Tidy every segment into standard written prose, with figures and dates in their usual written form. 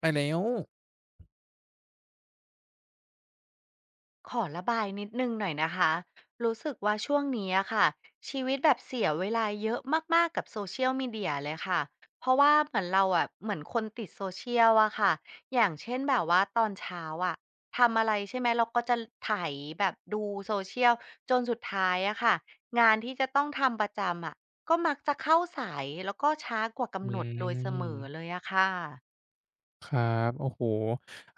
ไปแล้วขอระบายนิดหนึ่งหน่อยนะคะ รู้สึกว่าช่วงนี้อะค่ะชีวิตแบบเสียเวลาเยอะมากๆกับ Social Media เชียลมีเดียเลยค่ะ เพราะว่าเหมือนเราอะเหมือนคนติด Social อะค่ะ อย่างเช่นแบบว่าตอนเช้าอะทำอะไรใช่ไหมเราก็จะไถายแบบดู Social จนสุดท้ายอะค่ะงานที่จะต้องทำประจำอะก็มักจะเข้าสายแล้วก็ช้ากว่าอืกำหนดโดยเสมอเลมยอะค่ะครับโอ้โฮ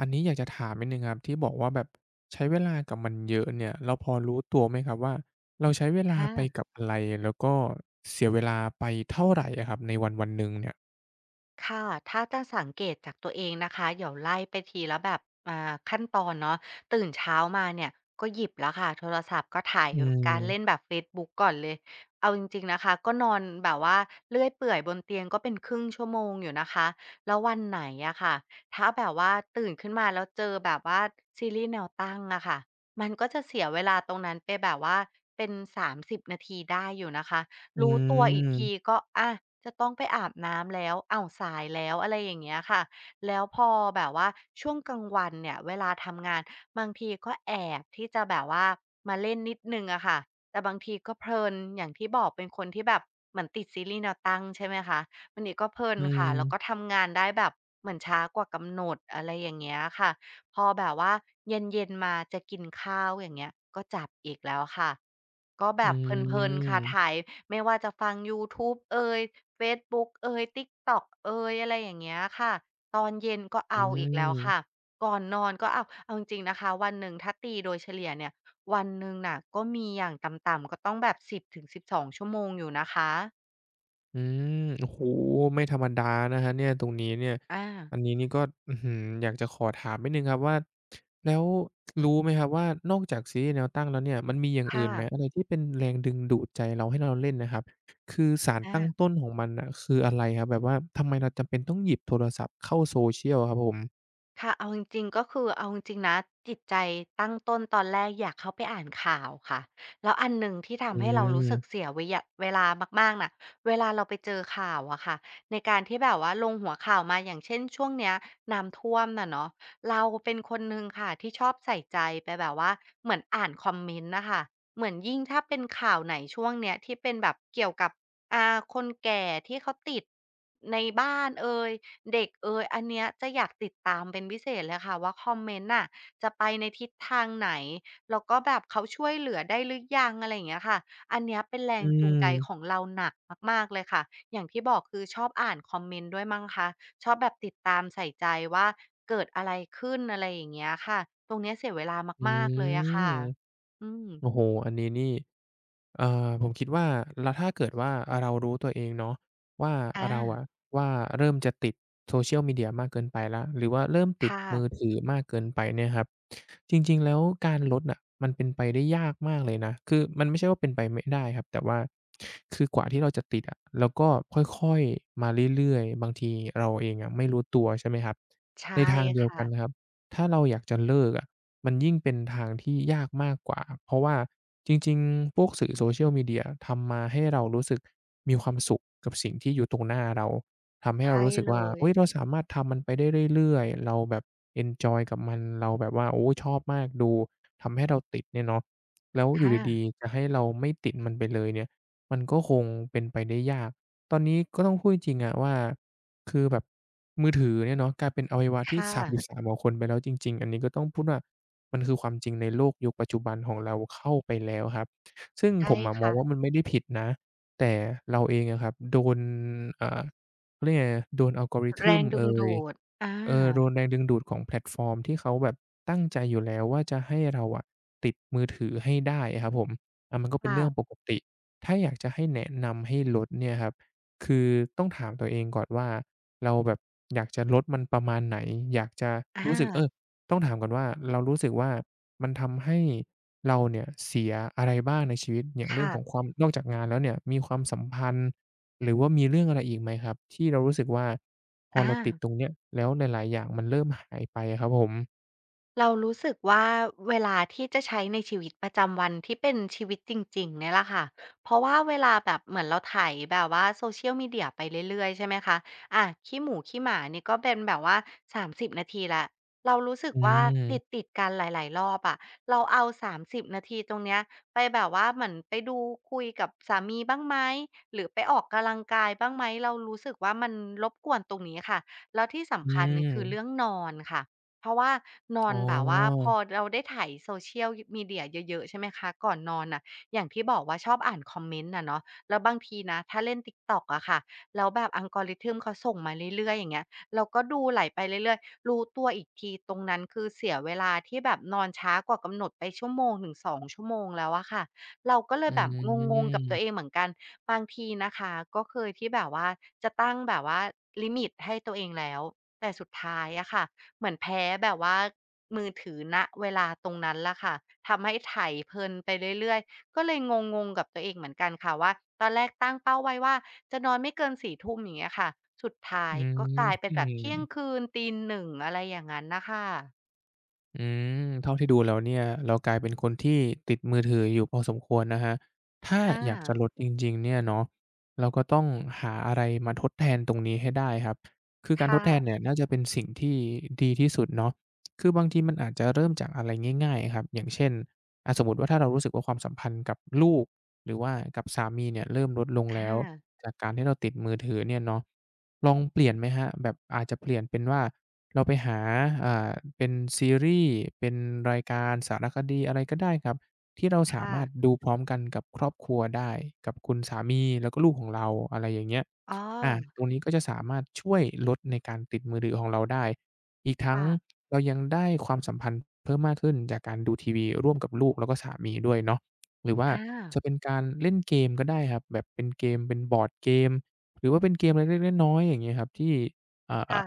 อันนี้อยากจะถามนิดหนึ่งครับ ที่บอกว่าแบบใช้เวลากับมันเยอะเนี่ย เราพอรู้ตัวไหมครับว่าเราใช้เวลาค่ะ ไปกับอะไร แล้วก็เสียเวลาไปเท่าไรอะครับในวันๆหนึ่งเนี่ยค่ะถ้าจะสังเกตจากตัวเองนะคะเดี๋ยวไล่ไปทีละแบบขั้นตอนเนาะตื่นเช้ามาเนี่ยก็หยิบแล้วค่ะโทรศัพท์ก็ถ่ายอืการเล่นมแบบเฟซบุ๊กก่อนเลยเอาจริงๆนะคะก็นอนแบบว่าเลื่อยเปื่อยบนเตียงก็เป็นครึ่งชั่วโมงอยู่นะคะแล้ววันไหนอะค่ะถ้าแบบว่าตื่นขึ้นมาแล้วเจอแบบว่าซีรีส์แนวตั้งอะค่ะมันก็จะเสียเวลาตรงนั้นไปแบบว่าเป็น30นาทีได้อยู่นะคะ อืรู้ตัวอีกทีมก็อะจะต้องไปอาบน้ำแล้วอ้าวสายแล้วอะไรอย่างเงี้ยค่ะแล้วพอแบบว่าช่วงกลางวันเนี่ยเวลาทำงานบางทีก็แอบที่จะแบบว่ามาเล่นนิดนึงอะค่ะแต่บางทีก็เพลินอย่างที่บอกเป็นคนที่แบบเหมือนติดซีรีส์แนวตั้งใช่ไหมคะมันทีก็เพลินอืค่ะมแล้วก็ทำงานได้แบบเหมือนช้ากว่ากำหนดอะไรอย่างเงี้ยค่ะ พอแบบว่าเย็นๆมาจะกินข้าวอย่างเงี้ยก็จับอีกแล้วค่ะก็แบอืบเพลินๆค่ะไถมไม่ว่าจะฟังยูทูบเอยเฟซบุ๊กเอย TikTok เอยอะไรอย่างเงี้ยค่ะตอนเย็นก็อืเอาม อีกแล้วค่ะก่อนนอนก็เอาเอาจริงๆนะคะวันหนึ่งถ้าตีโดยเฉลี่ยเนี่ยวันหนึ่งน่ะก็มีอย่างต่ำๆก็ต้องแบบ10-12ชั่วโมงอยู่นะคะอืมโอ้โฮไม่ธรรมดานะครับเนี่ยตรงนี้เนี่ยอาอันนี้นี่ก็อื้อฮืออยากจะขอถามนิดหนึ่งครับว่าแล้วรู้ไหมครับว่านอกจากซีรีส์แนวตั้งแล้วเนี่ยมันมีอย่างอื่ค่ะนไหมอะไรที่เป็นแรงดึงดูดใจเราให้เราเล่นน่ะครับคือสารอา ตั้งต้นของมันน่ะคืออะไรครับแบบว่าทำไมเราจำเป็นต้องหยิบโทรศัพท์เข้า social อะครับผมค่ะเอาจริงๆก็คือเอาจริงๆนะจิตใจตั้งต้นตอนแรกอยากเข้าไปอ่านข่าวค่ะแล้วอันหนึ่งที่อืทำให้เรารู้สึกมเสียเวยะเวลามากๆน่ะเวลาเราไปเจอข่าวอะค่ะในการที่แบบว่าลงหัวข่าวมาอย่างเช่นช่วงเนี้ยน้ำท่วมน่ะเนาะเราเป็นคนหนึ่งค่ะที่ชอบใส่ใจไปแบบว่าเหมือนอ่านคอมเมนต์น่ะค่ะเหมือนยิ่งถ้าเป็นข่าวไหนช่วงเนี้ยที่เป็นแบบเกี่ยวกับอ่าคนแก่ที่เขาติดในบ้านเอย เด็กเอยอันเนี้ยจะอยากติดตามเป็นพิเศษเลยค่ะว่าคอมเมนต์น่ะจะไปในทิศทางไหนแล้วก็แบบเขาช่วยเหลือได้หรือยังอะไรอย่างเงี้ยค่ะอันเนี้ยเป็นแรอืงจูมงใจของเราหนักมากๆเลยค่ะอย่างที่บอกคือชอบอ่านคอมเมนต์ด้วยมั้งคะชอบแบบติดตามใส่ใจว่าเกิดอะไรขึ้นอะไรอย่างเงี้ยค่ะตรงเนี้ยเสียเวลาอืมากๆเลยอะมค่ะอืโอ้โฮมอันนี้นี่ ผมคิดว่าแล้วถ้าเกิดว่าอาเรารู้ตัวเองเนาะว่าเราอาอะว่าเริ่มจะติด Social Media มากเกินไปแล้วหรือว่าเริ่มติดค่ะมือถือมากเกินไปเนี่ยครับจริงๆแล้วการลดน่ะมันเป็นไปได้ยากมากเลยนะคือมันไม่ใช่ว่าเป็นไปไม่ได้ครับแต่ว่าคือกว่าที่เราจะติดอะเราก็ค่อยๆมาเรื่อยๆบางทีเราเองอะไม่รู้ตัวใช่ไหมครับใช่ในทางเดียวค่ะกันนะครับถ้าเราอยากจะเลิกอะ มันยิ่งเป็นทางที่ยากมากกว่าเพราะว่าจริงๆพวกสื่อ Social Media ทำมาให้เรารู้สึกมีความสุขกับสิ่งที่อยู่ตรงหน้าเราทำให้เราใช่รู้สึกเลว่ายอุ๊ยเราสามารถทำมันไปได้เรื่อยๆ เราแบบเอนจอยกับมันเราแบบว่าโอ้ชอบมากดูทำให้เราติดเนี่ยเนาะแล้วอยู่ดีอาๆจะให้เราไม่ติดมันไปเลยเนี่ยมันก็คงเป็นไปได้ยากตอนนี้ก็ต้องพูดจริงๆอะว่า คือแบบมือถือเนี่ยเนาะกลายเป็นอวัยวะที่ค่ะสามอืสบสามของคนไปแล้วจริงๆอันนี้ก็ต้องพูดว่ามันคือความจริงในโลกยุคปัจจุบันของเราเข้าไปแล้วครับซึ่งผใช่มอะมองว่าค่ะ มันไม่ได้ผิดนะแต่เราเองอะครับโดนอ่าเขาเรียกไงโดน แร algorithm งดึเองย ดูดอาเออโดนแรงดึงดูดของแพลตฟอร์มที่เขาแบบตั้งใจอยู่แล้วว่าจะให้เราอะติดมือถือให้ได้อะครับผมอามันก็เป็นเรื่องปค่ะกติถ้าอยากจะให้แนะนำให้ลดเนี่ยครับคือต้องถามตัวเองก่อนว่าเราแบบอยากจะลดมันประมาณไหนอยากจะอารู้สึกเออต้องถามก่อนว่าเรารู้สึกว่ามันทำให้เราเนี่ยเสียอะไรบ้างในชีวิตอย่างเรื่องค่ะของความนอกจากงานแล้วเนี่ยมีความสัมพันธ์ หรือว่ามีเรื่องอะไรอีกไหมครับที่เรารู้สึกว่าพออา เราติดตรงเนี้ยแล้วหลายๆอย่างมันเริ่มหายไปอะครับผมเรารู้สึกว่าเวลาที่จะใช้ในชีวิตประจำวันที่เป็นชีวิตจริงๆเนี่ยแหละค่ะเพราะว่าเวลาแบบเหมือนเราไถแบบว่า social media ไปเรื่อยๆใช่ไหมคะอาขี้หมูขี้หมานี่ก็เป็นแบบว่า30นาทีแล้วเรารู้สึกอืว่ามติดๆกันหลายๆรอบอะเราเอา30นาทีตรงเนี้ยไปแบบว่าเหมือนไปดูคุยกับสามีบ้างไหมหรือไปออกกำลังกายบ้างไหมเรารู้สึกว่ามันรบกวนตรงนี้ค่ะแล้วที่อืสำคัญนี่คือเรื่องมนอนค่ะ เพราะว่านออ๋นอแบบว่าพอเราได้ไถ social media เชียลมีเดียเยอะๆใช่ไหมคะก่อนนอนน่ะอย่างที่บอกว่าชอบอ่านคอมเมนต์อะเนาะแล้วบางทีนะถ้าเล่น TikTok อะค่ะแล้วแบบอัลกอริทึมเขาส่งมาเรื่อยๆอย่างเงี้ยเราก็ดูไหลไปเรื่อยๆรู้ตัวอีกทีตรงนั้นคือเสียเวลาที่แบบนอนช้ากว่ากำหนดไปชั่วโมงถึงสอ2ชั่วโมงแล้วอะค่ะเราก็เลอืยแบบงงๆกับตัวเองมเหมือนกันบางทีนะคะก็เคยที่แบบว่าจะตั้งแบบว่าลิมิตให้ตัวเองแล้วแต่สุดท้ายอะค่ะ เหมือนแพ้แบบว่ามือถือณเวลาตรงนั้นล่ะค่ะทำให้ไถเพลินไปเรื่อยๆก็เลยงงๆกับตัวเองเหมือนกันค่ะว่าตอนแรกตั้งเป้าไว้ว่าจะนอนไม่เกินส่ทุ่มอย่างเงี้ยค่ะสุดท้าอืยมก็กลายเป็นอืแบบม เที่ยงคืนตีหนึ่งอะไรอย่างงั้นน่ะค่ะอืมเท่าที่ดูแล้วเนี่ยเรากลายเป็นคนที่ติดมือถืออยู่พอสมควรนะครับถ้าออยากจะลดาจริงๆเนี่ยเนาะเราก็ต้องหาอะไรมาทดแทนตรงนี้ให้ได้ครับคือการทค่ะดแทนเนี่ยน่าจะเป็นสิ่งที่ดีที่สุดเนาะคือบางทีมันอาจจะเริ่มจากอะไรง่ายๆครับอย่างเช่นอาสมมุติว่าถ้าเรารู้สึกว่าความสัมพันธ์กับลูกหรือว่ากับสามีเนี่ยเริ่มลดลงอแล้ว าจากการที่เราติดมือถือเนี่ยเนาะลองเปลี่ยนไหมครับแบบอาจจะเปลี่ยนเป็นว่าเราไปหาอ่าเป็นซีรีส์เป็นรายการสารคดีอะไรก็ได้ครับที่เราสาค่ะมารถดูพร้อมกันกับครอบครัวได้กับคุณสามีแล้วก็ลูกของเราอะไรอย่างเงี้ยอ๋ออาตรงนี้ก็จะสามารถช่วยลดในการติดมือถือของเราได้อีกทั้งค่ะเรายังได้ความสัมพันธ์เพิ่มมากขึ้นจากการดูทีวีร่วมกับลูกแล้วก็สามีด้วยเนาะ หรือว่าอาจะเป็นการเล่นเกมก็ได้ครับแบบเป็นเกมเป็นบอร์ดเกมหรือว่าเป็นเกมอะไรเล็กๆน้อยๆอย่างงี้ครับที่อ่าค่ะ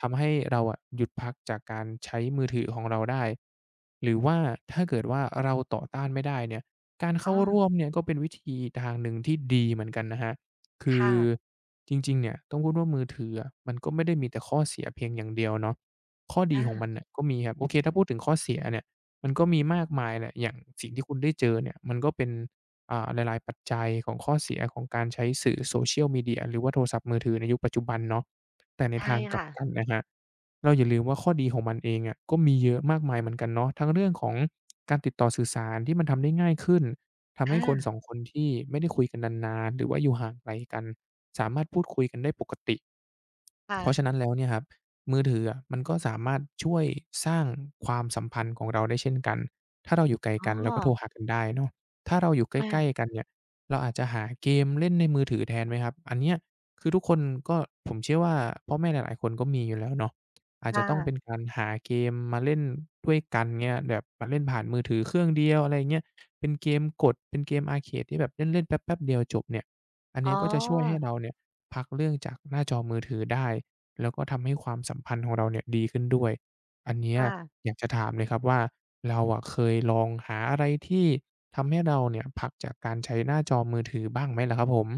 ทำให้เราอะหยุดพักจากการใช้มือถือของเราได้หรือว่าถ้าเกิดว่าเราต่อต้านไม่ได้เนี่ยการอ๋เข้าอร่วมเนี่ยก็เป็นวิธีทางหนึ่งที่ดีเหมือนกันนะครับคือค่ะจริงๆเนี่ยต้องพูดว่ามือถืออะมันก็ไม่ได้มีแต่ข้อเสียเพียงอย่างเดียวเนาะข้อดีของมัอานน่ะก็มีครับโอเคถ้าพูดถึงข้อเสียเนี่ย มันก็มีมากมายแหละอย่างสิ่งที่คุณได้เจอเนี่ยมันก็เป็นหลายๆปัจจัยของข้อเสียของการใช้สื่อ Social Media หรือว่าโทรศัพท์มือถือในยุคปัจจุบันเนาะแต่ในใช่ทางกลับค่ะกันนะครับเราอย่าลืมว่าข้อดีของมันเองอะก็มีเยอะมากมายเหมือนกันเนาะทั้งเรื่องของการติดต่อสื่อสารที่มันทำได้ง่ายขึ้นทำให้คนสอาองคนที่ไม่ได้คุยกันนานๆหรือว่าอยู่ห่างไกลกันสามารถพูดคุยกันได้ปกติ เพราะฉะนั้ค่ะนแล้วเนี่ยครับมือถืออะมันก็สามารถช่วยสร้างความสัมพันธ์ของเราได้เช่นกันถ้าเราอยู่ไกลอ๋อกันเราก็โทรหากันได้เนาะถ้าเราอยู่ใกอาล้ๆกันเนี่ยเราอาจจะหาเกมเล่นในมือถือแทนไหมครับอันเนี้ยคือทุกคนก็ผมเชื่อว่าพ่อแม่หลายๆคนก็มีอยู่แล้วเนาะอาจคจะต้องเป็น่ะการหาเกมมาเล่นด้วยกันเงี้ยแบบมาเล่นผ่านมือถือเครื่องเดียวอะไรเงี้ยเป็นเกมกดเป็นเกมอาร์เคดที่แบบเล่นๆแป๊บๆเดียวจบเนี่ยอันอ๋นี้ก็จะช่วยให้อเราเนี่ยพักเรื่องจากหน้าจอมือถือได้ แล้วก็ทำให้ความสัมพันธ์ของเราเนี่ยดีขึ้นด้วย อันเนี้ยค่ะ อยากจะถามเลยครับว่าเราอะเคยลองหาอะไรที่ทำให้เราเนี่ยผลักจากการใช้หน้าจอมือถือบ้างไหมล่ะครับผม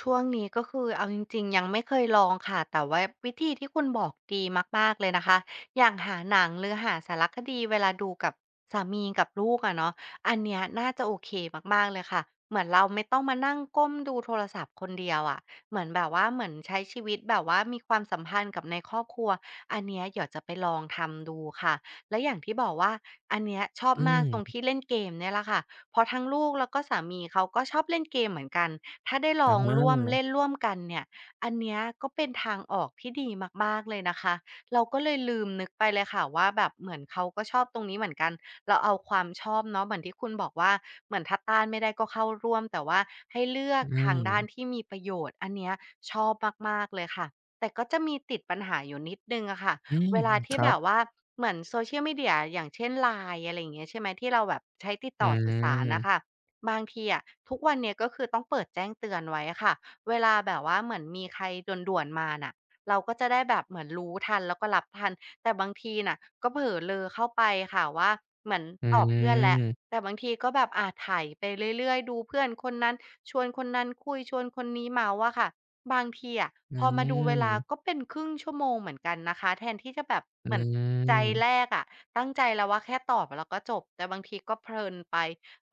ช่วงนี้ก็คือเอาจริงๆยังไม่เคยลองค่ะแต่ว่าวิธีที่คุณบอกดีมากๆเลยนะคะอย่างหาหนังหรือหาสารคดีเวลาดูกับสามีกับลูกอะเนาะอันเนี้ยน่าจะโอเคมากๆเลยค่ะเหมือนเราไม่ต้องมานั่งก้มดูโทรศัพท์คนเดียวอะเหมือนแบบว่าเหมือนใช้ชีวิตแบบว่ามีความสัมพันธ์กับในครอบครัวอันเนี้ยเดี๋ยวจะไปลองทำดูค่ะแล้วอย่างที่บอกว่าอันเนี้ยชอบอืมากตรงมที่เล่นเกมเนี่ยแหละค่ะเพราะทั้งลูกแล้วก็สามีเขาก็ชอบเล่นเกมเหมือนกัน ถ้าได้ลอองร่วมาเล่นร่วมกันเนี่ยอันเนี้ยก็เป็นทางออกที่ดีมากๆเลยนะคะเราก็เลยลืมนึกไปเลยค่ะว่าแบบเหมือนเขาก็ชอบตรงนี้เหมือนกันเราเอาความชอบเนาะเหมือนที่คุณบอกว่าเหมือนถ้าต้านไม่ได้ก็เข้าร่วมแต่ว่าให้เลืออืกทางด้านที่มมีประโยชน์อันเนี้ยชอบมากๆเลยค่ะแต่ก็จะมีติดปัญหาอยู่นิดหนึ่งอะค่ะอืเวมลาคที่รัแบบบว่าเหมือน Social Media อย่างเช่น LINE อะไรอย่างเงี้ยใช่ไหมที่เราแบบใช้ติดอืต่อสื่อสารน่ะมค่ะ บางทีอะทุกวันเนี้ยก็คือต้องเปิดแจ้งเตือนไว้อะค่ะเวลาแบบว่าเหมือนมีใครด่วนๆมาน่ะเราก็จะได้แบบเหมือนรู้ทันแล้วก็รับทันแต่บางทีน่ะก็เผลอเรอเข้าไปค่ะว่าเหมือนอืตอบเพื่อนแล้วมแต่บางทีก็แบบไถไปเรื่อยๆดูเพื่อนคนนั้นชวนคนนั้นคุยชวนคนนี้เมาท์อะค่ะบางทีอะอืพอมาดูเวลามก็เป็นครึ่งชั่วโมงเหมือนกันนะคะแทนที่จะแบบอืเหมือนใจแรม กอะตั้งใจแล้วว่าแค่ตอบแล้วก็จบแต่บางทีก็เพลินไป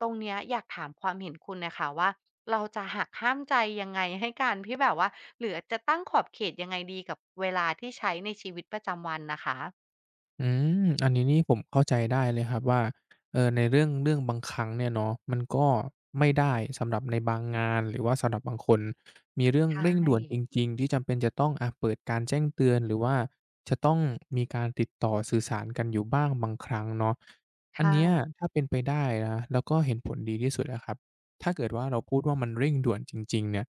ตรงเนี้ยอยากถามความเห็นคุณนะคะว่าเราจะหักห้ามใจยังไงให้การที่แบบว่าหรือจะตั้งขอบเขตยังไงดีกับเวลาที่ใช้ในชีวิตประจำวันนะคะอืมอันนี้นี่ผมเข้าใจได้เลยครับว่าเออในเรื่องบางครั้งเนี่ยเนาะมันก็ไม่ได้สำหรับในบางงานหรือว่าสำหรับบางคนมีเรื่องใชเร่งด่วนจ่ริงๆที่จำเป็นจะต้องเปิดการแจ้งเตือนหรือว่าจะต้องมีการติดต่อสื่อสารกันอยู่บ้างบางครั้งเนาะคอันเนี้ย่ะถ้าเป็นไปได้นะแล้วก็เห็นผลดีที่สุดอะครับถ้าเกิดว่าเราพูดว่ามันเร่งด่วนจริงๆเนี่ย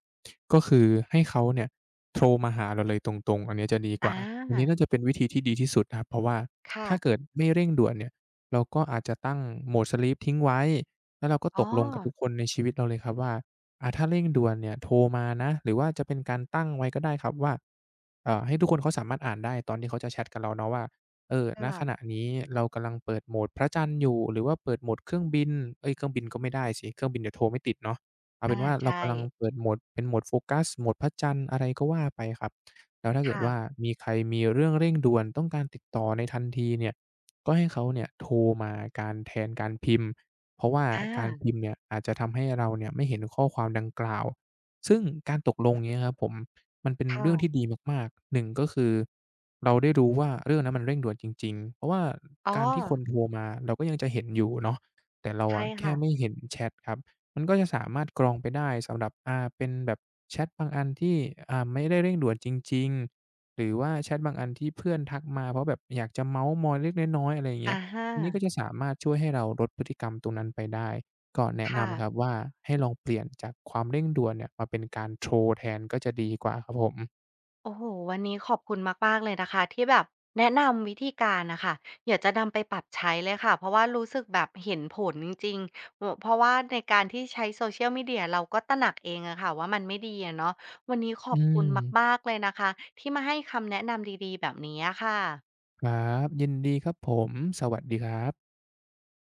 ก็คือให้เขาเนี่ย โทรมาหาเราเลยตรงๆ อันเนี้ยจะดีกว่า อาอันนี้น่าจะเป็นวิธีที่ดีที่สุดนะครับเพราะว่าค่ะถ้าเกิดไม่เร่งด่วนเนี่ยเราก็อาจจะตั้ง Mode Sleep ทิ้งไว้ แล้วเราก็อ๋ตอกลงกับทุกคนในชีวิตเราเลยครับว่าอาถ้าเร่งด่วนเนี่ยโทรมานะ หรือว่าจะเป็นการตั้งไว้ก็ได้ครับว่าให้ทุกคนเขาสามารถอ่านได้ตอนที่เขาจะแชตกับเราเนาะว่าเออคณขณะ่ะนี้เรากำลังเปิดโหมดพระจันทร์อยู่หรือว่าเปิดโหมดเครื่องบินเอ๊ยเครื่องบินก็ไม่ได้สิเครื่องบินเดี๋ยวโทรไม่ติดเนาะ เอาเป็อานว่าเราใช่กำลังเปิดโหมดเป็นโหมดโฟกัสโหมดพระจันทร์อะไรก็ว่าไปครับแล้วถ้าเกิดว่าค่ะมีใครมีเรื่องเร่งด่วนต้องการติดต่อในทันทีเนี่ยก็ให้เขาเนี่ยโทรมาการแทนการพิมพ์เพราะว่าอาการพิมพ์เนี่ยอาจจะทำให้เราเนี่ยไม่เห็นข้อความดังกล่าวซึ่งการตกลงเนี้ยครับผมมันเป็นเรื่องที่ค่ะดีมากๆ1ก็คือเราได้รู้ว่าเรื่องนั้นมันเร่งด่วนจริงๆเพราะว่าอ๋อการที่คนโทรมาเราก็ยังจะเห็นอยู่เนาะแต่เราใช่อะแค่ค่ะไม่เห็นแชตครับ มันก็จะสามารถกรองไปได้สำหรับเป็นแบบแชตบางอันที่ไม่ได้เร่งด่วนจริงๆหรือว่าแชตบางอันที่เพื่อนทักมาเพราะแบบอยากจะเม้าท์มอยเล็กๆน้อยๆอะไรอย่างเงี้ยอะฮะอันนี้ก็จะสามารถช่วยให้เราลดพฤติกรรมตรงนั้นไปได้ก็แนะค่ะ นำครับว่าให้ลองเปลี่ยนจากความเร่งด่วนเนี่ยมาเป็นการโทรแทนก็จะดีกว่าครับผมโอ้โหวันนี้ขอบคุณมากๆเลยนะคะที่แบบแนะนำวิธีการนะคะอยากจะนำไปปรับใช้เลยค่ะเพราะว่ารู้สึกแบบเห็นผลจริงๆเพราะว่าในการที่ใช้ Social Media เชียลมีเดียเราก็ตระหนักเองอะค่ะว่ามันไม่ดีอะเนาะวันนี้ขออืบคุณมมากๆเลยนะคะที่มาให้คำแนะนำดีๆแบบนี้ะค่ะครับยินดีครับผมสวัสดีครับ